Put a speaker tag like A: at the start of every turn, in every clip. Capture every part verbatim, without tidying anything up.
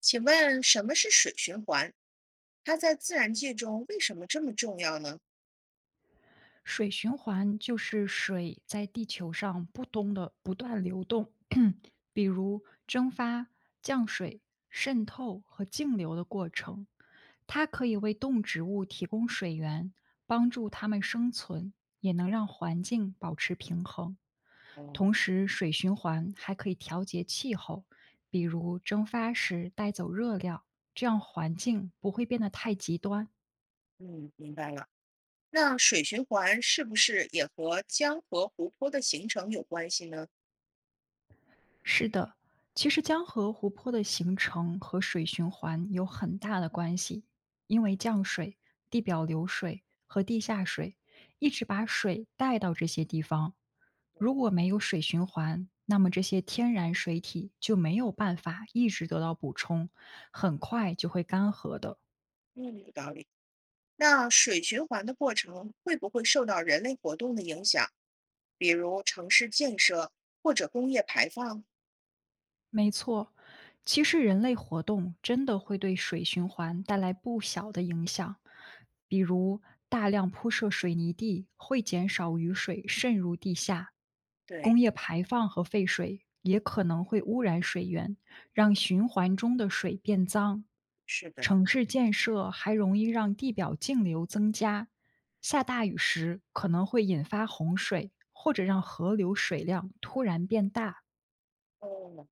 A: 请问什么是水循环？它在自然界中为什么这么重要呢？
B: 水循环就是水在地球上不东的不断流动，比如蒸发、降水、渗透和径流的过程。它可以为动植物提供水源，帮助它们生存，也能让环境保持平衡。
A: 哦。
B: 同时，水循环还可以调节气候，比如蒸发时带走热量，这样环境不会变得太极端。
A: 嗯，明白了。那水循环是不是也和江河湖泊的形成有关系呢？
B: 是的，其实江河湖泊的形成和水循环有很大的关系，因为降水、地表流水和地下水一直把水带到这些地方。如果没有水循环，那么这些天然水体就没有办法一直得到补充，很快就会干涸的。
A: 嗯，有道理。那水循环的过程会不会受到人类活动的影响，比如城市建设或者工业排放？
B: 没错，其实人类活动真的会对水循环带来不小的影响，比如大量铺设水泥地会减少雨水渗入地下，
A: 对。
B: 工业排放和废水也可能会污染水源，让循环中的水变脏。
A: 是的。
B: 城市建设还容易让地表径流增加，下大雨时可能会引发洪水，或者让河流水量突然变大。
A: 哦，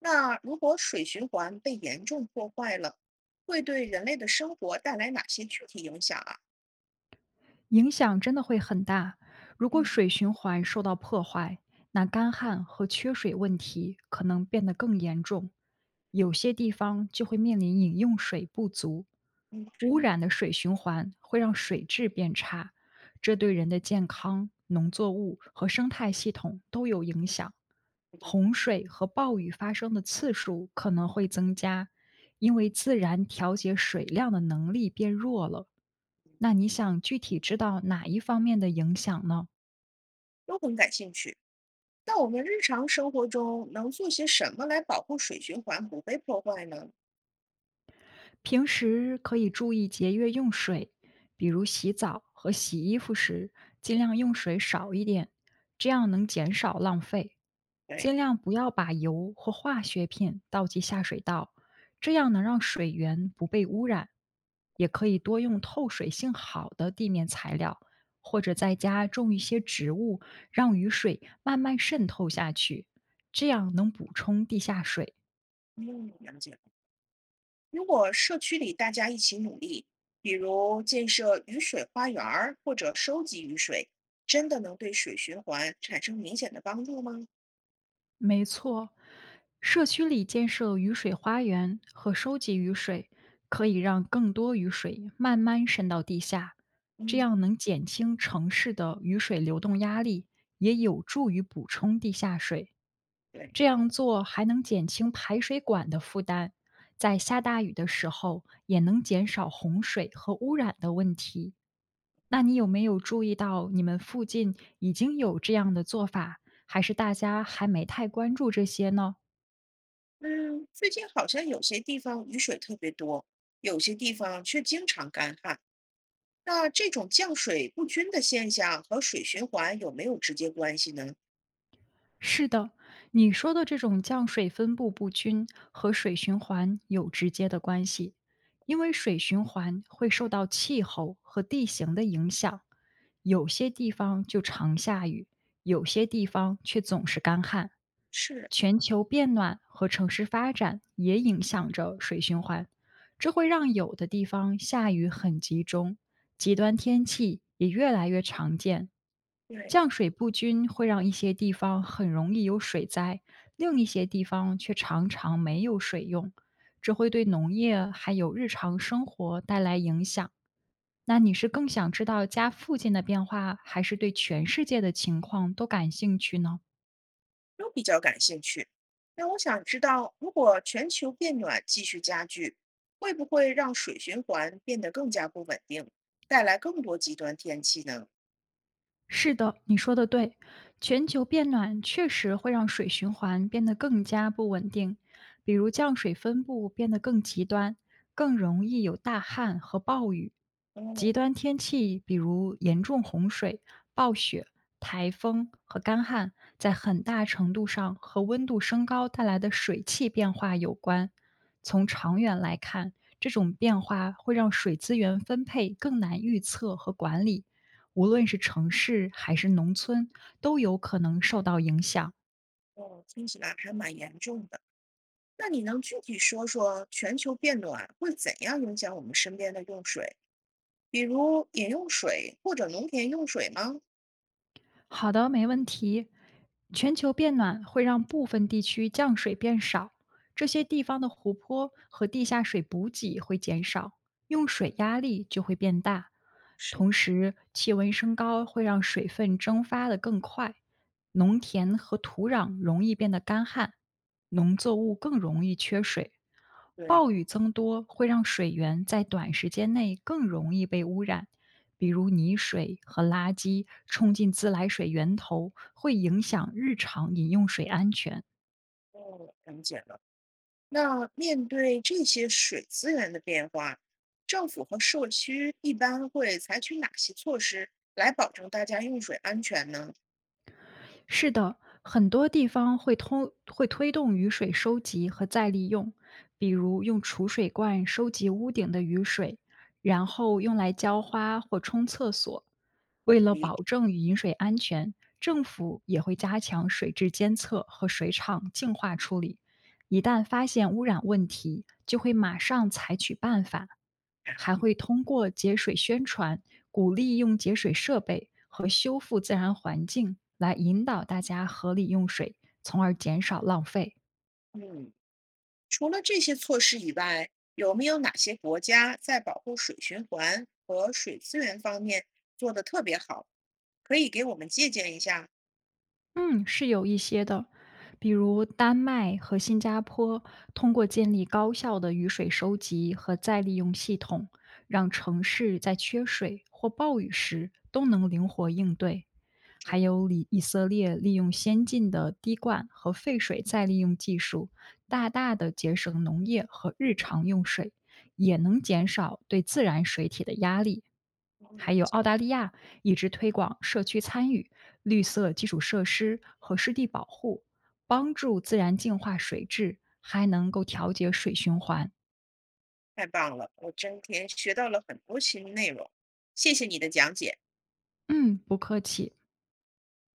A: 那如果水循环被严重破坏了，会对人类的生活带来哪些具体影响啊？
B: 影响真的会很大。如果
A: 嗯
B: 水循环受到破坏，那干旱和缺水问题可能变得更严重，有些地方就会面临饮用水不足。
A: 嗯。
B: 污染的水循环会让水质变差，这对人的健康、农作物和生态系统都有影响。
A: 对。
B: 洪水和暴雨发生的次数可能会增加，因为自然调节水量的能力变弱了。那你想具体知道哪一方面的影响呢？
A: 都很感兴趣。那我们日常生活中能做些什么来保护水循环不被破坏呢？
B: 平时可以注意节约用水，比如洗澡和洗衣服时，尽量用水少一点，这样能减少浪费。
A: 对。
B: 尽量不要把油或化学品倒进下水道，这样能让水源不被污染。也可以多用透水性好的地面材料，或者在家种一些植物，让雨水慢慢渗透下去，这样能补充地下水，
A: 嗯，了解了。如果社区里大家一起努力，比如建设雨水花园儿或者收集雨水，真的能对水循环产生明显的帮助吗？
B: 没错，社区里建设雨水花园和收集雨水，可以让更多雨水慢慢渗到地下，这
A: 嗯。
B: 样能减轻城市的雨水流动压力，也有助于补充地下水。
A: 对。
B: 这样做还能减轻排水管的负担，在下大雨的时候也能减少洪水和污染的问题。那你有没有注意到你们附近已经有这样的做法，还是大家还没太关注这些呢？
A: 嗯，最近好像有些地方雨水特别多，有些地方却经常干旱。那这种降水不均的现象和水循环有没有直接关系呢？
B: 是的，你说的这种降水分布不均和水循环有直接的关系，因为水循环会受到气候和地形的影响，有些地方就常下雨，有些地方却总是干旱。
A: 是。
B: 全球变暖和城市发展也影响着水循环。这会让有的地方下雨很集中，极端天气也越来越常见。
A: 对。
B: 降水不均会让一些地方很容易有水灾，另一些地方却常常没有水用，这会对农业还有日常生活带来影响。那你是更想知道家附近的变化，还是对全世界的情况都感兴趣呢？
A: 都比较感兴趣。那我想知道，如果全球变暖继续加剧，会不会让水循环变得更加不稳定，带来更多极端天气呢？
B: 是的，你说的对，全球变暖确实会让水循环变得更加不稳定，比如降水分布变得更极端，更容易有大旱和暴雨。
A: 哦
B: 极端天气，比如严重洪水、暴雪、台风和干旱，在很大程度上和温度升高带来的水汽变化有关。从长远来看，这种变化会让水资源分配更难预测和管理，无论是城市还是农村，都有可能受到影响。
A: 哦，听起来还蛮严重的。那你能具体说说全球变暖会怎样影响我们身边的用水，比如饮用水或者农田用水吗？
B: 好的，没问题。全球变暖会让部分地区降水变少，这些地方的湖泊和地下水补给会减少，用水压力就会变大。
A: 是。
B: 同时，气温升高会让水分蒸发得更快，农田和土壤容易变得干旱，农作物更容易缺水。
A: 对。
B: 暴雨增多会让水源在短时间内更容易被污染，比如泥水和垃圾冲进自来水源头，会影响日常饮用水安全。
A: 哦，了解了。那面对这些水资源的变化，政府和社区一般会采取哪些措施来保证大家用水安全呢？
B: 是的，很多地方会通会推动雨水收集和再利用，比如用储水罐收集屋顶的雨水，然后用来浇花或冲厕所。
A: 好
B: 为
A: 主
B: 了
A: 意。
B: 保证饮水安全，政府也会加强水质监测和水厂净化处理。一旦发现污染问题，就会马上采取办法，还会通过节水宣传，鼓励用节水设备和修复自然环境来引导大家合理用水，从而减少浪费。
A: 嗯，除了这些措施以外，有没有哪些国家在保护水循环和水资源方面做得特别好？可以给我们借鉴一下？
B: 嗯，是有一些的，比如丹麦和新加坡通过建立高效的雨水收集和再利用系统，让城市在缺水或暴雨时都能灵活应对。还有以以色列利用先进的滴灌和废水再利用技术，大大的节省农业和日常用水，也能减少对自然水体的压力。还有澳
A: 嗯，
B: 大利亚一直推广社区参与、绿色基础设施和湿地保护，帮助自然净化水质，还能够调节水循环。
A: 太棒了，我今天学到了很多新内容，谢谢你的讲解。
B: 嗯，不客气。